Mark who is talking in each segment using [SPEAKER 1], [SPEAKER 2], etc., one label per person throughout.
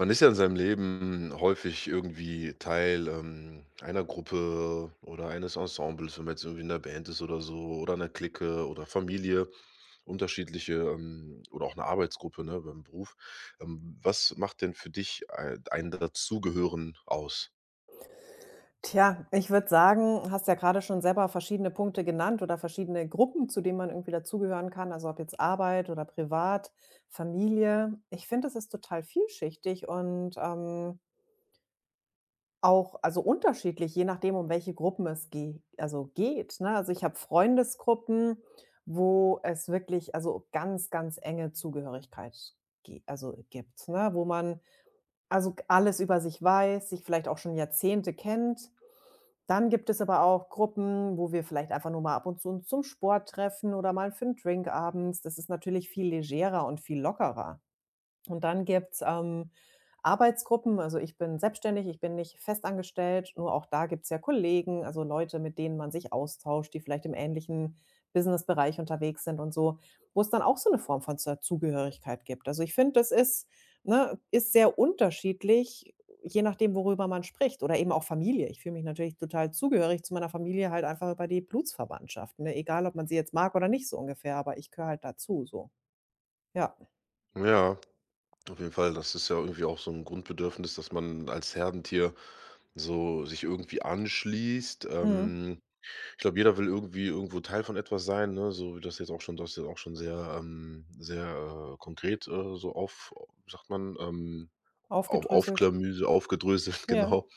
[SPEAKER 1] Man ist ja in seinem Leben häufig irgendwie Teil, einer Gruppe oder eines Ensembles, wenn man jetzt irgendwie in der Band ist oder so oder einer Clique oder Familie, oder auch eine Arbeitsgruppe, ne, beim Beruf. Was macht denn für dich ei ein Dazugehören aus?
[SPEAKER 2] Tja, ich würde sagen, hast ja gerade schon selber verschiedene Punkte genannt oder verschiedene Gruppen, zu denen man irgendwie dazugehören kann, also ob jetzt Arbeit oder privat, Familie. Ich finde, es ist total vielschichtig und, auch also unterschiedlich, je nachdem, um welche Gruppen es ge also geht, ne? Also, ich habe Freundesgruppen, wo es wirklich, also, ganz, ganz enge Zugehörigkeit ge also, gibt, ne? Wo man, also, alles über sich weiß, sich vielleicht auch schon Jahrzehnte kennt. Dann gibt es aber auch Gruppen, wo wir vielleicht einfach nur mal ab und zu uns zum Sport treffen oder mal für 'n Drink abends. Das ist natürlich viel legerer und viel lockerer. Und dann gibt's, Arbeitsgruppen. Also, ich bin selbstständig, ich bin nicht festangestellt, nur auch da gibt's ja Kollegen, also Leute, mit denen man sich austauscht, die vielleicht im ähnlichen Businessbereich unterwegs sind und so, wo es dann auch so eine Form von Zur Zugehörigkeit gibt. Also, ich finde, das ist, ne, ist sehr unterschiedlich, je nachdem, worüber man spricht oder eben auch Familie. Ich fühle mich natürlich total zugehörig zu meiner Familie, halt einfach über die Blutsverwandtschaft, ne? Egal, ob man sie jetzt mag oder nicht so ungefähr, aber ich gehöre halt dazu so. Ja,
[SPEAKER 1] Ja, auf jeden Fall. Das ist ja irgendwie auch so ein Grundbedürfnis, dass man als Herdentier so sich irgendwie anschließt.
[SPEAKER 2] mhm,
[SPEAKER 1] Ich glaube, jeder will irgendwie irgendwo Teil von etwas sein, ne? So wie das jetzt auch schon Das ist jetzt auch schon sehr konkret, so auf wie sagt man, au
[SPEAKER 2] aufgedröselt.
[SPEAKER 1] aufklamüse aufgedröselt,
[SPEAKER 2] Ja.
[SPEAKER 1] genau.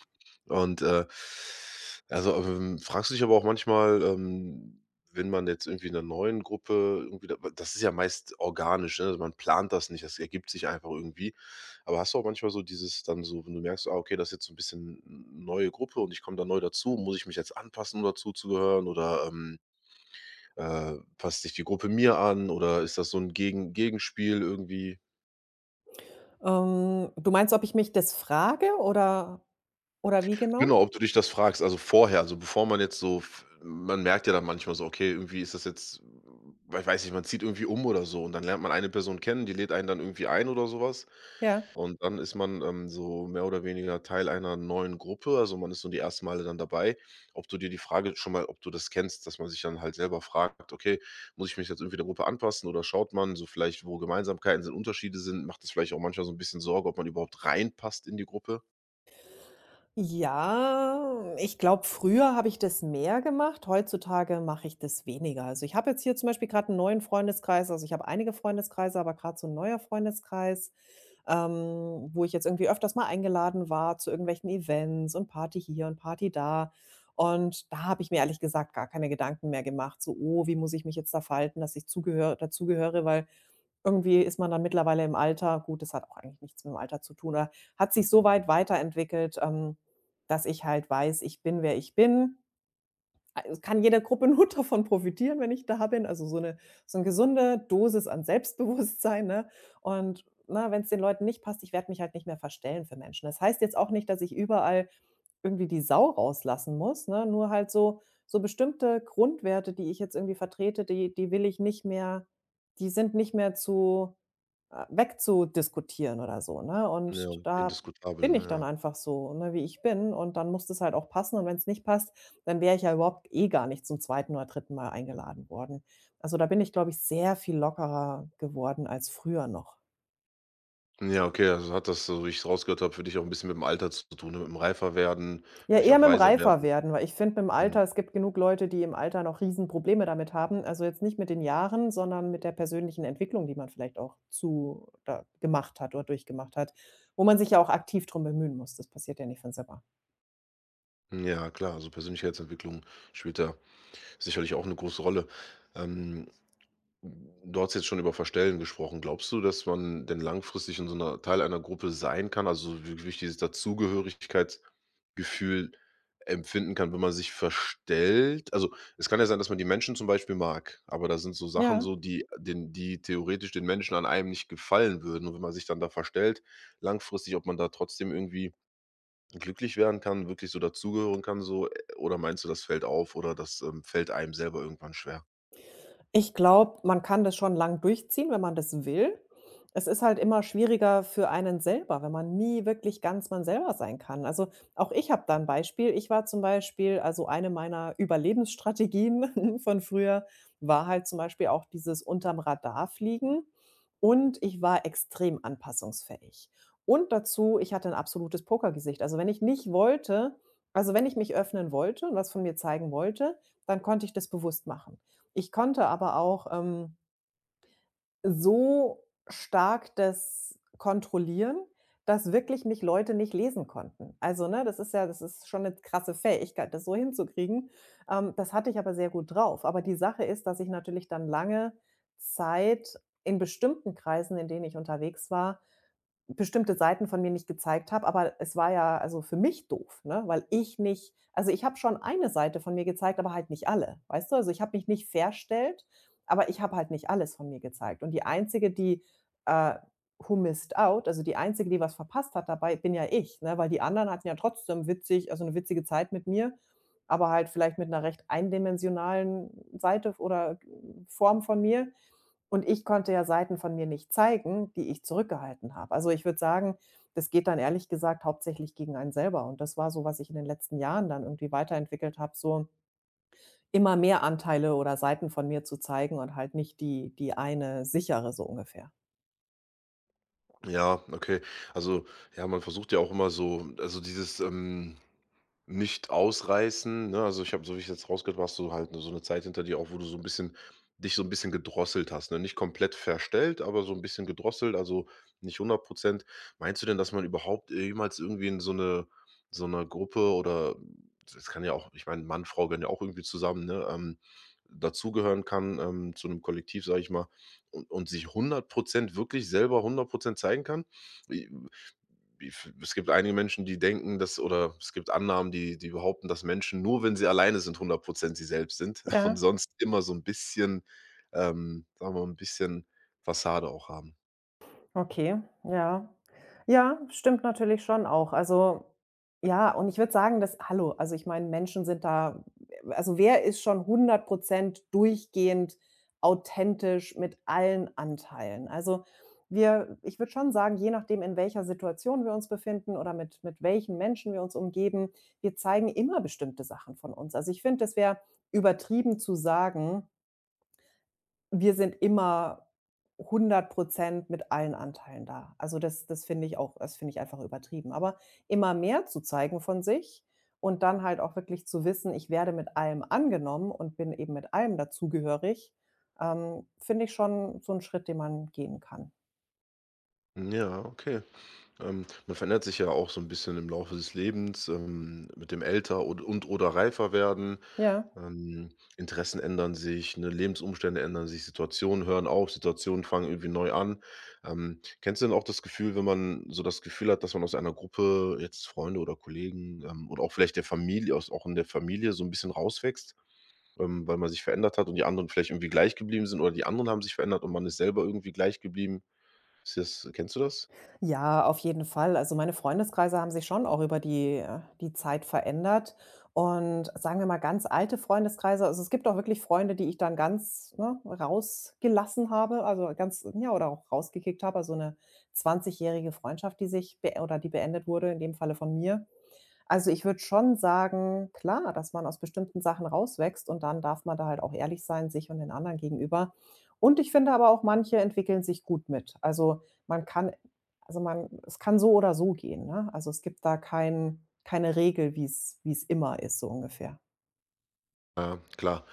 [SPEAKER 1] Und, äh, Fragst du dich aber auch manchmal, wenn man jetzt irgendwie in 'ner neuen Gruppe irgendwie da das ist ja meist organisch, ne? Also, man plant das nicht, das ergibt sich einfach irgendwie. Aber hast du auch manchmal so dieses, dann so, wenn du merkst, ah, okay, das ist jetzt so ein bisschen 'n neue Gruppe und ich komme da neu dazu, muss ich mich jetzt anpassen, um dazuzugehören oder, passt sich die Gruppe mir an oder ist das so ein Gegenspiel irgendwie?
[SPEAKER 2] Du meinst, ob ich mich das frage oder wie genau?
[SPEAKER 1] Genau, ob du dich das fragst, also vorher, also bevor man jetzt so f man merkt ja dann manchmal so, okay, irgendwie ist das jetzt, ich weiß nicht, man zieht irgendwie um oder so und dann lernt man eine Person kennen, die lädt einen dann irgendwie ein oder sowas.
[SPEAKER 2] Ja.
[SPEAKER 1] Und dann ist man, so mehr oder weniger Teil einer neuen Gruppe. Also, man ist so die ersten Male dann dabei. Ob du dir die Frage schon mal Ob du das kennst, dass man sich dann halt selber fragt: „Okay, muss ich mich jetzt irgendwie der Gruppe anpassen oder schaut man so vielleicht, wo Gemeinsamkeiten sind, Unterschiede sind?“ Macht es vielleicht auch manchmal so ein bisschen Sorge, ob man überhaupt reinpasst in die Gruppe?
[SPEAKER 2] Ja, ich glaube, früher habe ich das mehr gemacht, heutzutage mache ich das weniger. Also, ich habe jetzt hier zum Beispiel gerade einen neuen Freundeskreis, also, ich habe einige Freundeskreise, aber gerade so ein neuer Freundeskreis, wo ich jetzt irgendwie öfters mal eingeladen war zu irgendwelchen Events und Party hier und Party da. Und da habe ich mir ehrlich gesagt gar keine Gedanken mehr gemacht, so: „Oh, wie muss ich mich jetzt da verhalten, dass ich zugehör dazugehöre?“ Weil irgendwie ist man dann mittlerweile im Alter, gut, das hat auch eigentlich nichts mit dem Alter zu tun, oder hat sich so weit weiterentwickelt, dass ich halt weiß, ich bin, wer ich bin. Ah, es kann jede Gruppe nur davon profitieren, wenn ich da bin. Also so eine, so eine gesunde Dosis an Selbstbewusstsein, ne? Und, wenn es den Leuten nicht passt, ich werde mich halt nicht mehr verstellen für Menschen. Das heißt jetzt auch nicht, dass ich überall irgendwie die Sau rauslassen muss, ne? Nur halt so, so bestimmte Grundwerte, die ich jetzt irgendwie vertrete, die will ich nicht mehr, die sind nicht mehr zu, wegzudiskutieren oder so, ne?
[SPEAKER 1] Ja,
[SPEAKER 2] Und da
[SPEAKER 1] indiskutabel,
[SPEAKER 2] bin
[SPEAKER 1] ne,
[SPEAKER 2] ich dann
[SPEAKER 1] ja.
[SPEAKER 2] einfach so, ne, wie ich bin, und dann muss das halt auch passen, und wenn es nicht passt, dann wäre ich ja überhaupt eh gar nicht zum zweiten oder dritten Mal eingeladen worden. Also, da bin ich, glaube ich, sehr viel lockerer geworden als früher noch.
[SPEAKER 1] Ja, okay, also hat das, so wie ich es rausgehört habe, für dich auch ein bisschen mit dem Alter zu tun, ne, mit dem reifer werden,
[SPEAKER 2] Ja,
[SPEAKER 1] vielleicht
[SPEAKER 2] eher
[SPEAKER 1] auch
[SPEAKER 2] mit mit'm
[SPEAKER 1] weiser werden.
[SPEAKER 2] Reiferwerden, weil ich finde, mit dem
[SPEAKER 1] Mhm.
[SPEAKER 2] Alter, es gibt genug Leute, die im Alter noch Riesenprobleme damit haben. Also, jetzt nicht mit den Jahren, sondern mit der persönlichen Entwicklung, die man vielleicht auch zu da gemacht hat oder durchgemacht hat, wo man sich ja auch aktiv drum bemühen muss. Das passiert ja nicht von selber.
[SPEAKER 1] Ja, klar, also Persönlichkeitsentwicklung spielt da sicherlich auch eine große Rolle. Ähm, du hast jetzt schon über Verstellen gesprochen. Glaubst du, dass man denn langfristig in so einer Teil einer Gruppe sein kann, also wirklich dieses Dazugehörigkeitsgefühl empfinden kann, wenn man sich verstellt? Also, es kann ja sein, dass man die Menschen zum Beispiel mag, aber da sind so Sachen
[SPEAKER 2] Ja,
[SPEAKER 1] so, die den die theoretisch den Menschen an einem nicht gefallen würden. Und wenn man sich dann da verstellt, langfristig, ob man da trotzdem irgendwie glücklich werden kann, wirklich so dazugehören kann, so, oder meinst du, das fällt auf oder das, fällt einem selber irgendwann schwer?
[SPEAKER 2] ich glaube, man kann das schon lang durchziehen, wenn man das will. Es ist halt immer schwieriger für einen selber, wenn man nie wirklich ganz man selber sein kann. Also, auch ich habe da ein Beispiel. Ich war zum Beispiel, also, eine meiner Überlebensstrategien von früher war halt zum Beispiel auch dieses unterm Radar fliegen, und ich war extrem anpassungsfähig. Und dazu, ich hatte ein absolutes Pokergesicht. Also, wenn ich nicht wollte, also, wenn ich mich öffnen wollte und was von mir zeigen wollte, dann konnte ich das bewusst machen. Ich konnte aber auch, so stark das kontrollieren, dass wirklich mich Leute nicht lesen konnten. Also, ne, das ist ja, das ist schon eine krasse Fähigkeit, das so hinzukriegen. Das hatte ich aber sehr gut drauf. Aber die Sache ist, dass ich natürlich dann lange Zeit in bestimmten Kreisen, in denen ich unterwegs war, bestimmte Seiten von mir nicht gezeigt habe, aber es war ja, also für mich doof, ne, weil ich nicht, also ich habe schon eine Seite von mir gezeigt, aber halt nicht alle, weißt du? Also, ich habe mich nicht verstellt, aber ich habe halt nicht alles von mir gezeigt. Und die Einzige, die, äh who missed out, also die Einzige, die was verpasst hat dabei, bin ja ich, ne, weil die anderen hatten ja trotzdem witzig, also eine witzige Zeit mit mir, aber halt vielleicht mit einer recht eindimensionalen Seite oder Form von mir. Und ich konnte ja Seiten von mir nicht zeigen, die ich zurückgehalten habe. Also, ich würde sagen, das geht dann ehrlich gesagt hauptsächlich gegen einen selber. Und das war so, was ich in den letzten Jahren dann irgendwie weiterentwickelt habe, so immer mehr Anteile oder Seiten von mir zu zeigen und halt nicht die eine sichere so ungefähr.
[SPEAKER 1] Ja, okay. Also, ja, man versucht ja auch immer so, also dieses, Nicht-Ausreißen, ne? Also, ich habe so wie ich jetzt rausgehört, habe, hast du halt so eine Zeit hinter dir auch, wo du so ein bisschen gedrosselt hast, ne? Nicht komplett verstellt, aber so ein bisschen gedrosselt, also nicht hundert Prozent. Meinst du denn, dass man überhaupt jemals irgendwie in so eine Gruppe oder es kann ja auch ich meine, Mann, Frau gehören ja auch irgendwie zusammen, ne, dazugehören kann, zu einem Kollektiv, sage ich mal, und sich hundert Prozent, wirklich selber hundert Prozent zeigen kann? Wie wie Es gibt einige Menschen, die denken, dass, oder es gibt Annahmen, die behaupten, dass Menschen nur, wenn sie alleine sind, hundert Prozent sie selbst sind und
[SPEAKER 2] Ja.
[SPEAKER 1] sonst immer so ein bisschen, sagen wir mal, ein bisschen Fassade auch haben.
[SPEAKER 2] Okay, ja. Ja, stimmt natürlich schon auch. Also, ja, und ich würde sagen, dass, hallo, also ich meine, Menschen sind da, also wer ist schon 100% durchgehend authentisch mit allen Anteilen? Also, wir, ich würde schon sagen, je nachdem, in welcher Situation wir uns befinden oder mit welchen Menschen wir uns umgeben, wir zeigen immer bestimmte Sachen von uns. Also, ich finde, das wäre übertrieben zu sagen, wir sind immer 100% mit allen Anteilen da. Also, das finde ich auch, das finde ich einfach übertrieben. Aber immer mehr zu zeigen von sich und dann halt auch wirklich zu wissen, ich werde mit allem angenommen und bin eben mit allem dazugehörig, finde ich schon so einen Schritt, den man gehen kann.
[SPEAKER 1] Ja, okay. Man verändert sich ja auch so ein bisschen im Laufe des Lebens, mit dem Älter und oder reifer werden.
[SPEAKER 2] Ja.
[SPEAKER 1] Ähm, Interessen ändern sich, ne, Lebensumstände ändern sich, Situationen hören auf, Situationen fangen irgendwie neu an. Kennst du denn auch das Gefühl, wenn man so das Gefühl hat, dass man aus einer Gruppe, jetzt Freunde oder Kollegen, oder auch vielleicht der Familie, aus auch in der Familie so ein bisschen rauswächst, weil man sich verändert hat und die anderen vielleicht irgendwie gleich geblieben sind oder die anderen haben sich verändert und man ist selber irgendwie gleich geblieben? Ist das Kennst du das?
[SPEAKER 2] Ja, auf jeden Fall. Also, meine Freundeskreise haben sich schon auch über die, die Zeit verändert, und sagen wir mal ganz alte Freundeskreise, also, es gibt auch wirklich Freunde, die ich dann ganz, ne, rausgelassen habe, also, ganz, ja, oder auch rausgekickt habe, also, 'ne 20-jährige Freundschaft, die sich be oder die beendet wurde, in dem Falle von mir. Also, ich würde schon sagen, klar, dass man aus bestimmten Sachen rauswächst, und dann darf man da halt auch ehrlich sein, sich und den anderen gegenüber. Und ich finde aber auch, manche entwickeln sich gut mit. Also, man kann, also, man es kann so oder so gehen, ne? Also, es gibt da keine Regel, wie es immer ist, so ungefähr.
[SPEAKER 1] Ja, klar.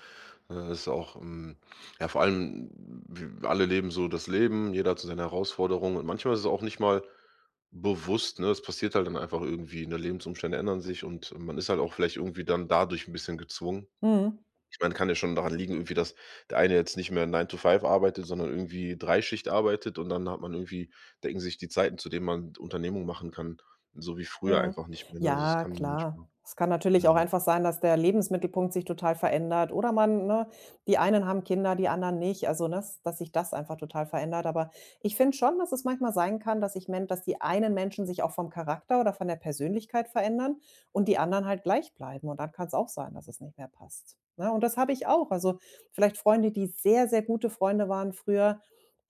[SPEAKER 1] Es ist auch, ja, vor allem, w alle leben so das Leben, jeder hat so seine Herausforderungen und manchmal ist es auch nicht mal bewusst, ne? Es passiert halt dann einfach irgendwie, ne? Lebensumstände ändern sich und man ist halt auch vielleicht irgendwie dann dadurch ein bisschen gezwungen.
[SPEAKER 2] Mhm.
[SPEAKER 1] Ich meine, kann ja schon daran liegen irgendwie, dass der eine jetzt nicht mehr Nine to Five arbeitet, sondern irgendwie Dreischicht arbeitet und dann hat man irgendwie, denken sich die Zeiten, zu denen man Unternehmung machen kann, so wie früher
[SPEAKER 2] Ja.
[SPEAKER 1] einfach nicht mehr, ne? Also, das
[SPEAKER 2] Ja,
[SPEAKER 1] kann man nicht
[SPEAKER 2] klar.
[SPEAKER 1] mehr.
[SPEAKER 2] Es kann natürlich auch
[SPEAKER 1] Mhm.
[SPEAKER 2] einfach sein, dass der Lebensmittelpunkt sich total verändert oder man, ne, die einen haben Kinder, die anderen nicht. Also, ne, s- dass sich das einfach total verändert. Aber ich finde schon, dass es manchmal sein kann, dass ich men dass die einen Menschen sich auch vom Charakter oder von der Persönlichkeit verändern und die anderen halt gleich bleiben. Und dann kann es auch sein, dass es nicht mehr passt, ne? Und das habe ich auch. Also, vielleicht Freunde, die sehr, sehr gute Freunde waren früher.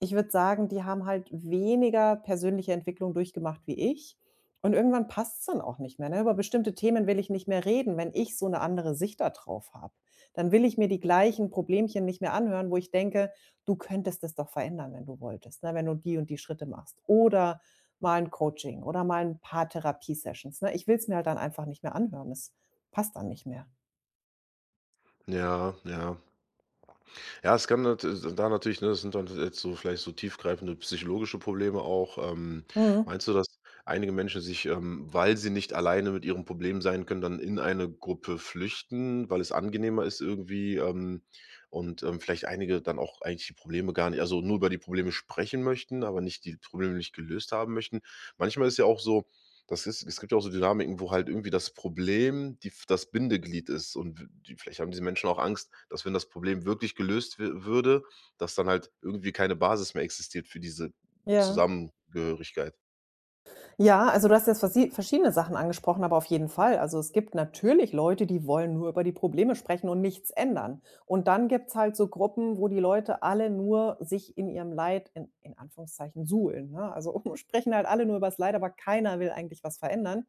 [SPEAKER 2] Ich würde sagen, die haben halt weniger persönliche Entwicklung durchgemacht wie ich. Und irgendwann passt es dann auch nicht mehr, ne? Über bestimmte Themen will ich nicht mehr reden, wenn ich so eine andere Sicht darauf habe. Dann will ich mir die gleichen Problemchen nicht mehr anhören, wo ich denke: „Du könntest das doch verändern, wenn du wolltest, ne, wenn du die und die Schritte machst.“ Oder mal ein Coaching oder mal ein paar Therapiesessions. Sessions ne? Ich will's mir halt dann einfach nicht mehr anhören. Es passt dann nicht mehr.
[SPEAKER 1] Ja, ja. Es kann natürlich, ne, das sind dann jetzt so vielleicht so tiefgreifende psychologische Probleme auch. Ähm,
[SPEAKER 2] Mhm.
[SPEAKER 1] meinst du, dass einige Menschen sich, weil sie nicht alleine mit ihrem Problem sein können, dann in eine Gruppe flüchten, weil es angenehmer ist irgendwie, und vielleicht einige dann auch eigentlich die Probleme gar nicht also nur über die Probleme sprechen möchten, aber nicht die Probleme nicht gelöst haben möchten? Manchmal ist ja auch so, das ist es gibt ja auch so Dynamiken, wo halt irgendwie das Problem die das Bindeglied ist, und w die vielleicht haben diese Menschen auch Angst, dass wenn das Problem wirklich gelöst würde, dass dann halt irgendwie keine Basis mehr existiert für diese
[SPEAKER 2] Ja.
[SPEAKER 1] Zusammengehörigkeit.
[SPEAKER 2] Ja, also du hast jetzt versie verschiedene Sachen angesprochen, aber auf jeden Fall. Also es gibt natürlich Leute, die wollen nur über die Probleme sprechen und nichts ändern. Und dann gibt's halt so Gruppen, wo die Leute alle nur sich in ihrem Leid, in Anführungszeichen, suhlen. Ne? Also sprechen halt alle nur über das Leid, aber keiner will eigentlich was verändern.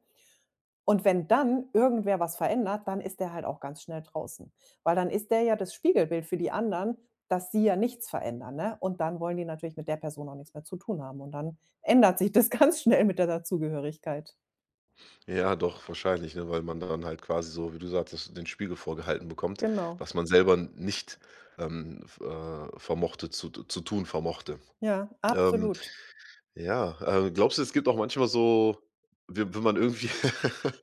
[SPEAKER 2] Und wenn dann irgendwer was verändert, dann ist der halt auch ganz schnell draußen. Weil dann ist der ja das Spiegelbild für die anderen, dass sie ja nichts verändern, ne? Und dann wollen die natürlich mit der Person auch nichts mehr zu tun haben, und dann ändert sich das ganz schnell mit der Dazugehörigkeit.
[SPEAKER 1] Ja, doch, wahrscheinlich, ne, weil man dann halt quasi so, wie du sagtest, den Spiegel vorgehalten bekommt,
[SPEAKER 2] Genau.
[SPEAKER 1] was man selber nicht, v vermochte, zu tun vermochte.
[SPEAKER 2] Ja,
[SPEAKER 1] Ähm
[SPEAKER 2] absolut.
[SPEAKER 1] Ja, Glaubst du, es gibt auch manchmal so, wenn man irgendwie,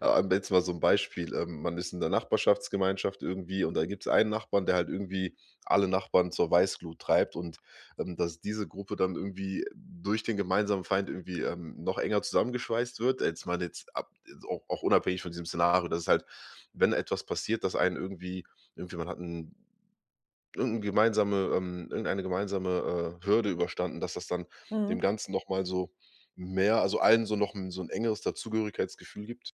[SPEAKER 1] a jetzt mal so ein Beispiel, man ist in der Nachbarschaftsgemeinschaft irgendwie und da gibt es einen Nachbarn, der halt irgendwie alle Nachbarn zur Weißglut treibt, und, dass diese Gruppe dann irgendwie durch den gemeinsamen Feind irgendwie, noch enger zusammengeschweißt wird. Jetzt mal jetzt ab jetzt auch, auch unabhängig von diesem Szenario, dass es halt, wenn etwas passiert, dass einen irgendwie, man hat einen irgendeine gemeinsame, Hürde überstanden, dass das dann dem
[SPEAKER 2] Mhm.
[SPEAKER 1] Ganzen noch mal so allen so noch 'n so ein engeres Dazugehörigkeitsgefühl gibt,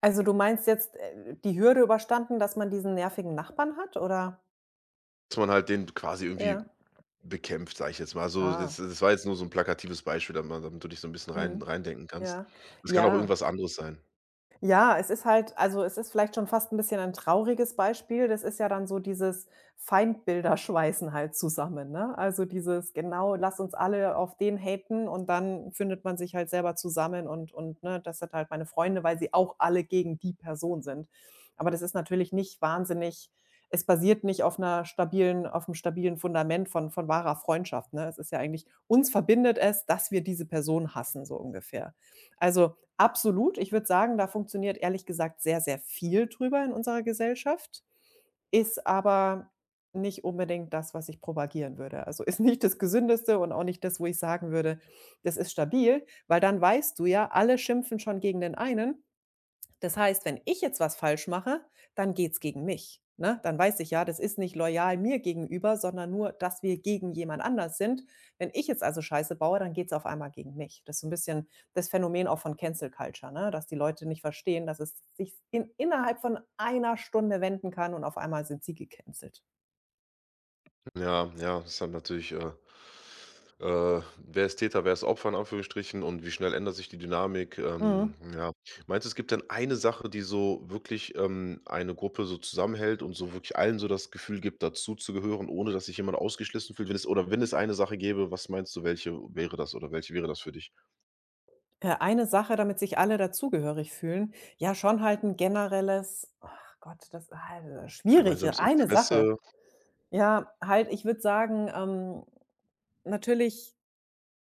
[SPEAKER 2] Also, du meinst jetzt, die Hürde überstanden, dass man diesen nervigen Nachbarn hat, oder?
[SPEAKER 1] dass man halt den quasi irgendwie
[SPEAKER 2] Ja.
[SPEAKER 1] bekämpft, sage ich jetzt mal. Also, das
[SPEAKER 2] Ah.
[SPEAKER 1] das war jetzt nur so ein plakatives Beispiel, damit man damit du dich so ein bisschen
[SPEAKER 2] Mhm.
[SPEAKER 1] reindenken kannst.
[SPEAKER 2] Ja.
[SPEAKER 1] Es kann auch
[SPEAKER 2] Ja.
[SPEAKER 1] irgendwas anderes sein.
[SPEAKER 2] Ja, es ist halt, also, es ist vielleicht schon fast ein bisschen ein trauriges Beispiel. Das ist ja dann so dieses Feindbilder schweißen halt zusammen, ne? Also, dieses genau: „Lass uns alle auf den haten“, und dann findet man sich halt selber zusammen und, ne, das sind halt meine Freunde, weil sie auch alle gegen die Person sind. Aber das ist natürlich nicht wahnsinnig, es basiert nicht auf einer stabilen, auf einem stabilen Fundament von wahrer Freundschaft, ne? Es ist ja eigentlich: „Uns verbindet es, dass wir diese Person hassen“, so ungefähr. Also, absolut. Ich würde sagen, da funktioniert ehrlich gesagt sehr, sehr viel drüber in unserer Gesellschaft, ist aber nicht unbedingt das, was ich propagieren würde. Also, ist nicht das Gesündeste und auch nicht das, wo ich sagen würde, das ist stabil, weil dann weißt du ja, alle schimpfen schon gegen den einen, das heißt, wenn ich jetzt was falsch mache, dann geht's gegen mich, ne? Dann weiß ich ja, das ist nicht loyal mir gegenüber, sondern nur, dass wir gegen jemand anders sind. Wenn ich jetzt also Scheiße baue, dann geht's auf einmal gegen mich. Das ist so 'n bisschen das Phänomen auch von Cancel Culture, ne, dass die Leute nicht verstehen, dass es sich in innerhalb von einer Stunde wenden kann und auf einmal sind sie gecancelt.
[SPEAKER 1] Ja, ja, das ist dann natürlich, wer ist Täter, wer ist Opfer, in Anführungsstrichen, und wie schnell ändert sich die Dynamik? Ähm,
[SPEAKER 2] Mhm.
[SPEAKER 1] ja. Meinst du, es gibt denn eine Sache, die so wirklich, eine Gruppe so zusammenhält und so wirklich allen so das Gefühl gibt, dazu zu gehören, ohne dass sich jemand ausgeschlossen fühlt? Wenn es eine Sache gäbe, was meinst du, welche wäre das oder welche wäre das für dich?
[SPEAKER 2] Eine Sache, damit sich alle dazugehörig fühlen. Ja, schon halt ein generelles, ach Gott, das, ah, schwierig,
[SPEAKER 1] Gemeinsames
[SPEAKER 2] eine Sache.
[SPEAKER 1] Interesse?
[SPEAKER 2] Ja, halt, ich würde sagen, natürlich,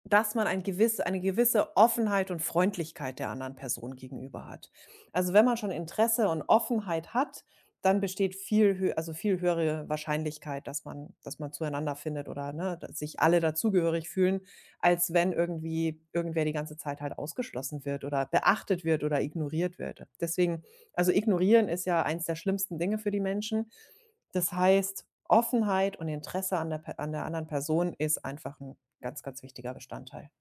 [SPEAKER 2] dass man ein gewiss eine gewisse Offenheit und Freundlichkeit der anderen Person gegenüber hat. Also, wenn man schon Interesse und Offenheit hat, dann besteht viel hö also, viel höhere Wahrscheinlichkeit, dass man, dass man zueinander findet, oder, ne, dass sich alle dazugehörig fühlen, als wenn irgendwie irgendwer die ganze Zeit halt ausgeschlossen wird oder beachtet wird oder ignoriert wird. Deswegen, also, ignorieren ist ja eins der schlimmsten Dinge für die Menschen. Das heißt, Offenheit und Interesse an der Pe an der anderen Person ist einfach 'n ganz, ganz wichtiger Bestandteil.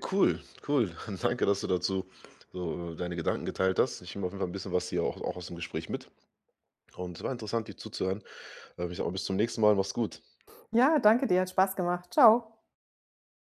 [SPEAKER 1] Cool, cool. Danke, dass du dazu so, deine Gedanken geteilt hast. Ich nehme auf jeden Fall ein bisschen was hier auch aus dem Gespräch mit, und es war interessant, dir zuzuhören. Mich auch, bis zum nächsten Mal. Mach's gut.
[SPEAKER 2] Ja, danke dir, hat Spaß gemacht. Ciao.